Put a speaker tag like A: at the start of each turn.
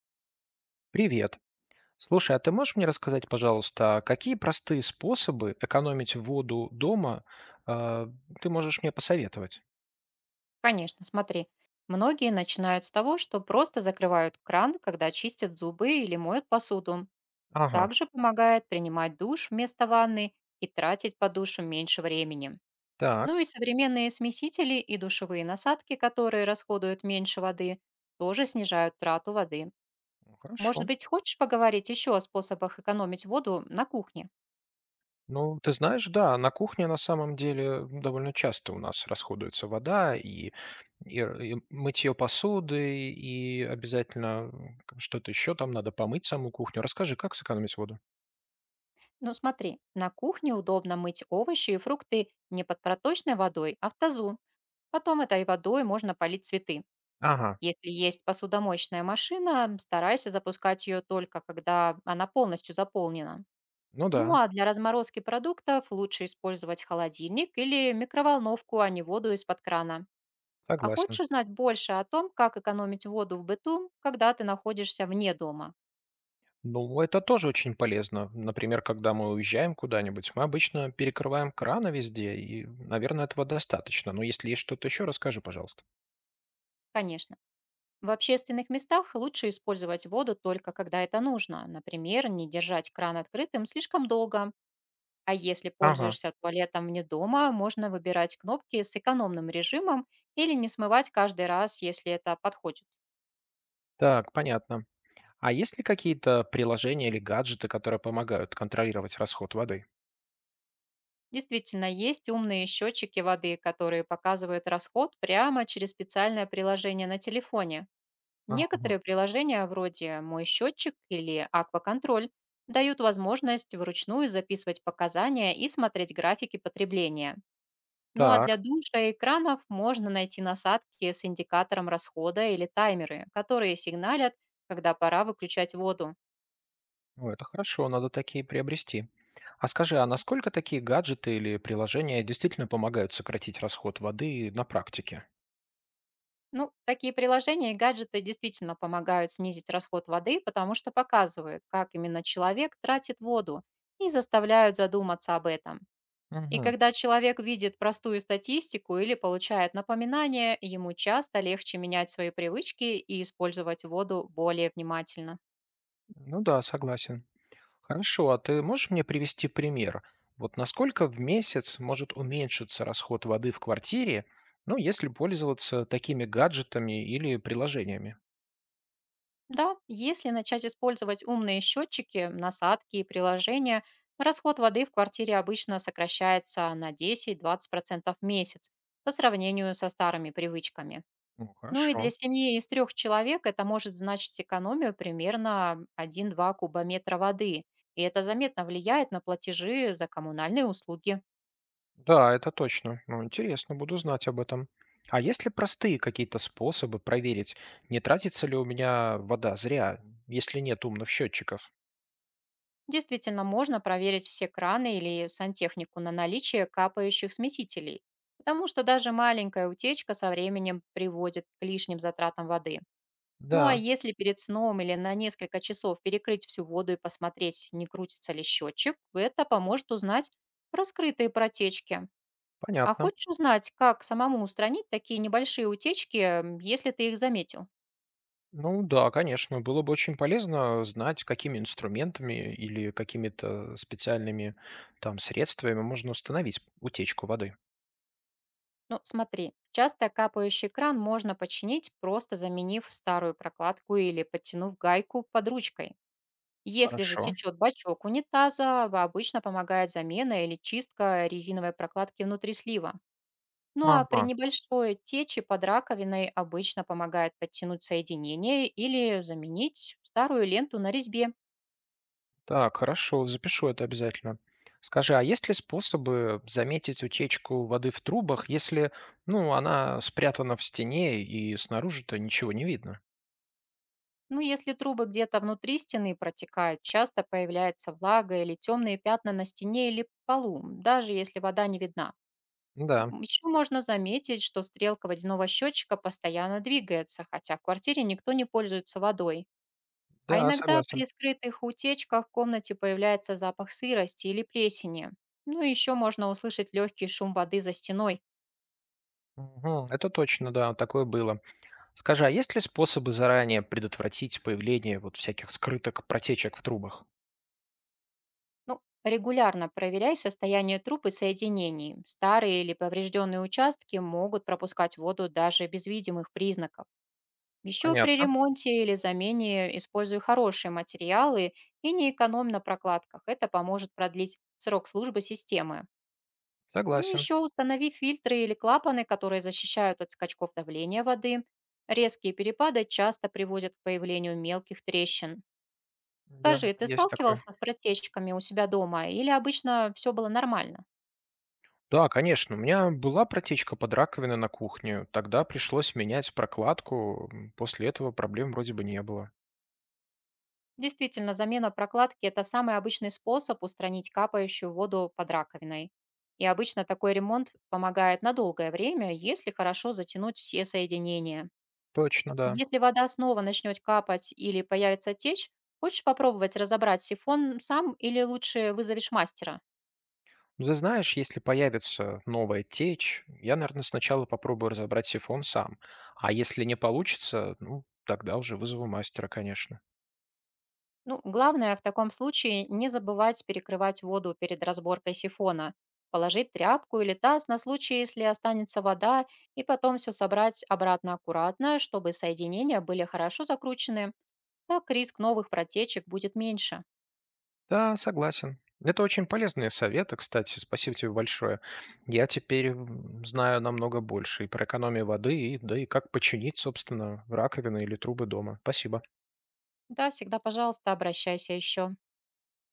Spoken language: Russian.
A: Привет. Слушай, а ты можешь мне рассказать, пожалуйста, какие простые способы экономить воду дома, э, ты можешь мне посоветовать?
B: Конечно, смотри. Многие начинают с того, что просто закрывают кран, когда чистят зубы или моют посуду.
A: Ага,
B: Также помогает принимать душ вместо ванны и тратить по душу меньше времени.
A: так,
B: Ну и современные смесители и душевые насадки, которые расходуют меньше воды, тоже снижают трату воды.
A: ну, хорошо.
B: Может быть, хочешь поговорить еще о способах экономить воду на кухне?
A: Ну, ты знаешь, да, на кухне на самом деле довольно часто у нас расходуется вода и мытье посуды, и обязательно что-то еще там надо помыть саму кухню. Расскажи, как сэкономить воду?
B: Ну смотри, на кухне удобно мыть овощи и фрукты не под проточной водой, а в тазу, потом этой водой можно полить цветы.
A: Ага,
B: Если есть посудомоечная машина, старайся запускать ее только когда она полностью заполнена.
A: ну да,
B: Ну а для разморозки продуктов лучше использовать холодильник или микроволновку, а не воду из-под крана. А хочешь
A: согласен.
B: узнать больше о том, как экономить воду в быту, когда ты находишься вне дома?
A: Ну, это тоже очень полезно. Например, когда мы уезжаем куда-нибудь, мы обычно перекрываем краны везде, и, наверное, этого достаточно. Но если есть что-то еще, расскажи, пожалуйста.
B: Конечно. В общественных местах лучше использовать воду только когда это нужно. Например, не держать кран открытым слишком долго. А если
A: Ага,
B: пользуешься туалетом вне дома, можно выбирать кнопки с экономным режимом или не смывать каждый раз, если это подходит.
A: так, понятно. А есть ли какие-то приложения или гаджеты, которые помогают контролировать расход воды?
B: Действительно, есть умные счетчики воды, которые показывают расход прямо через специальное приложение на телефоне.
A: Ага.
B: Некоторые приложения, вроде «Мой счетчик» или «Акваконтроль», дают возможность вручную записывать показания и смотреть графики потребления. Ну а
A: Так,
B: для душа и экранов можно найти насадки с индикатором расхода или таймеры, которые сигналят, когда пора выключать воду.
A: ну это хорошо, надо такие приобрести. А скажи, а насколько такие гаджеты или приложения действительно помогают сократить расход воды на практике?
B: Ну, такие приложения и гаджеты действительно помогают снизить расход воды, потому что показывают, как именно человек тратит воду и заставляют задуматься об этом. И
A: Угу.
B: когда человек видит простую статистику или получает напоминание, ему часто легче менять свои привычки и использовать воду более внимательно.
A: Ну да, согласен. Хорошо, а ты можешь мне привести пример? Вот насколько в месяц может уменьшиться расход воды в квартире, ну, если пользоваться такими гаджетами или приложениями?
B: Да, если начать использовать умные счетчики, насадки и приложения, расход воды в квартире обычно сокращается на 10-20% в месяц по сравнению со старыми привычками.
A: Ну,
B: Ну и для
A: хорошо.
B: семьи из трех человек это может значить экономию примерно один-два кубометра воды, и это заметно влияет на платежи за коммунальные услуги.
A: Да, это точно. Ну, интересно, буду знать об этом. А есть ли простые какие-то способы проверить, не тратится ли у меня вода зря, если нет умных счетчиков?
B: Действительно, можно проверить все краны или сантехнику на наличие капающих смесителей, потому что даже маленькая утечка со временем приводит к лишним затратам воды. Ну а
A: Да,
B: если перед сном или на несколько часов перекрыть всю воду и посмотреть, не крутится ли счетчик, это поможет узнать про скрытые протечки. А
A: понятно.
B: хочешь узнать, как самому устранить такие небольшие утечки, если ты их заметил?
A: Ну да, конечно, было бы очень полезно знать, какими инструментами или какими-то специальными там средствами можно установить утечку воды.
B: Ну, смотри, часто капающий кран можно починить, просто заменив старую прокладку или подтянув гайку под ручкой. Если же
A: Хорошо.
B: течет бачок унитаза, обычно помогает замена или чистка резиновой прокладки внутри слива. Ну а при
A: Ага.
B: небольшой тече под раковиной обычно помогает подтянуть соединение или заменить старую ленту на резьбе.
A: Так, хорошо, запишу это обязательно. Скажи, а есть ли способы заметить утечку воды в трубах, если, ну, она спрятана в стене и снаружи-то ничего не видно?
B: Ну, если трубы где-то внутри стены протекают, часто появляется влага или темные пятна на стене или полу, даже если вода не видна.
A: Да,
B: Еще можно заметить, что стрелка водяного счетчика постоянно двигается, хотя в квартире никто не пользуется водой. А
A: да,
B: иногда
A: согласен.
B: при скрытых утечках в комнате появляется запах сырости или плесени. Ну и еще можно услышать легкий шум воды за стеной.
A: Мгм, это точно, да, такое было. Скажи, а есть ли способы заранее предотвратить появление вот всяких скрыток, протечек в трубах?
B: Ну, регулярно проверяй состояние труб и соединений. Старые или поврежденные участки могут пропускать воду даже без видимых признаков. Еще при
A: Понятно.
B: ремонте или замене используй хорошие материалы и не экономь на прокладках. Это поможет продлить срок службы системы. Ну
A: Согласен.
B: еще установи фильтры или клапаны, которые защищают от скачков давления воды. Резкие перепады часто приводят к появлению мелких трещин. Скажи,
A: Да,
B: ты
A: есть такое.
B: сталкивался с протечками у себя дома или обычно все было нормально?
A: Да, конечно. У меня была протечка под раковиной на кухне. Тогда пришлось менять прокладку. После этого проблем вроде бы не было.
B: Действительно, замена прокладки– это самый обычный способ устранить капающую воду под раковиной. И обычно такой ремонт помогает на долгое время, если хорошо затянуть все соединения.
A: Точно, да.
B: Если вода снова начнет капать или появится течь, хочешь попробовать разобрать сифон сам или лучше вызовешь мастера?
A: Ну, ты знаешь, если появится новая течь, я, наверное, сначала попробую разобрать сифон сам. А если не получится, ну, тогда уже вызову мастера, конечно.
B: Ну, главное в таком случае не забывать перекрывать воду перед разборкой сифона, положить тряпку или таз на случай, если останется вода, и потом все собрать обратно аккуратно, чтобы соединения были хорошо закручены, так риск новых протечек будет меньше.
A: Да, согласен. Это очень полезные советы, кстати. Спасибо тебе большое. Я теперь знаю намного больше и про экономию воды, и да и как починить, собственно, раковины или трубы дома. Спасибо.
B: Да, всегда, пожалуйста, обращайся еще.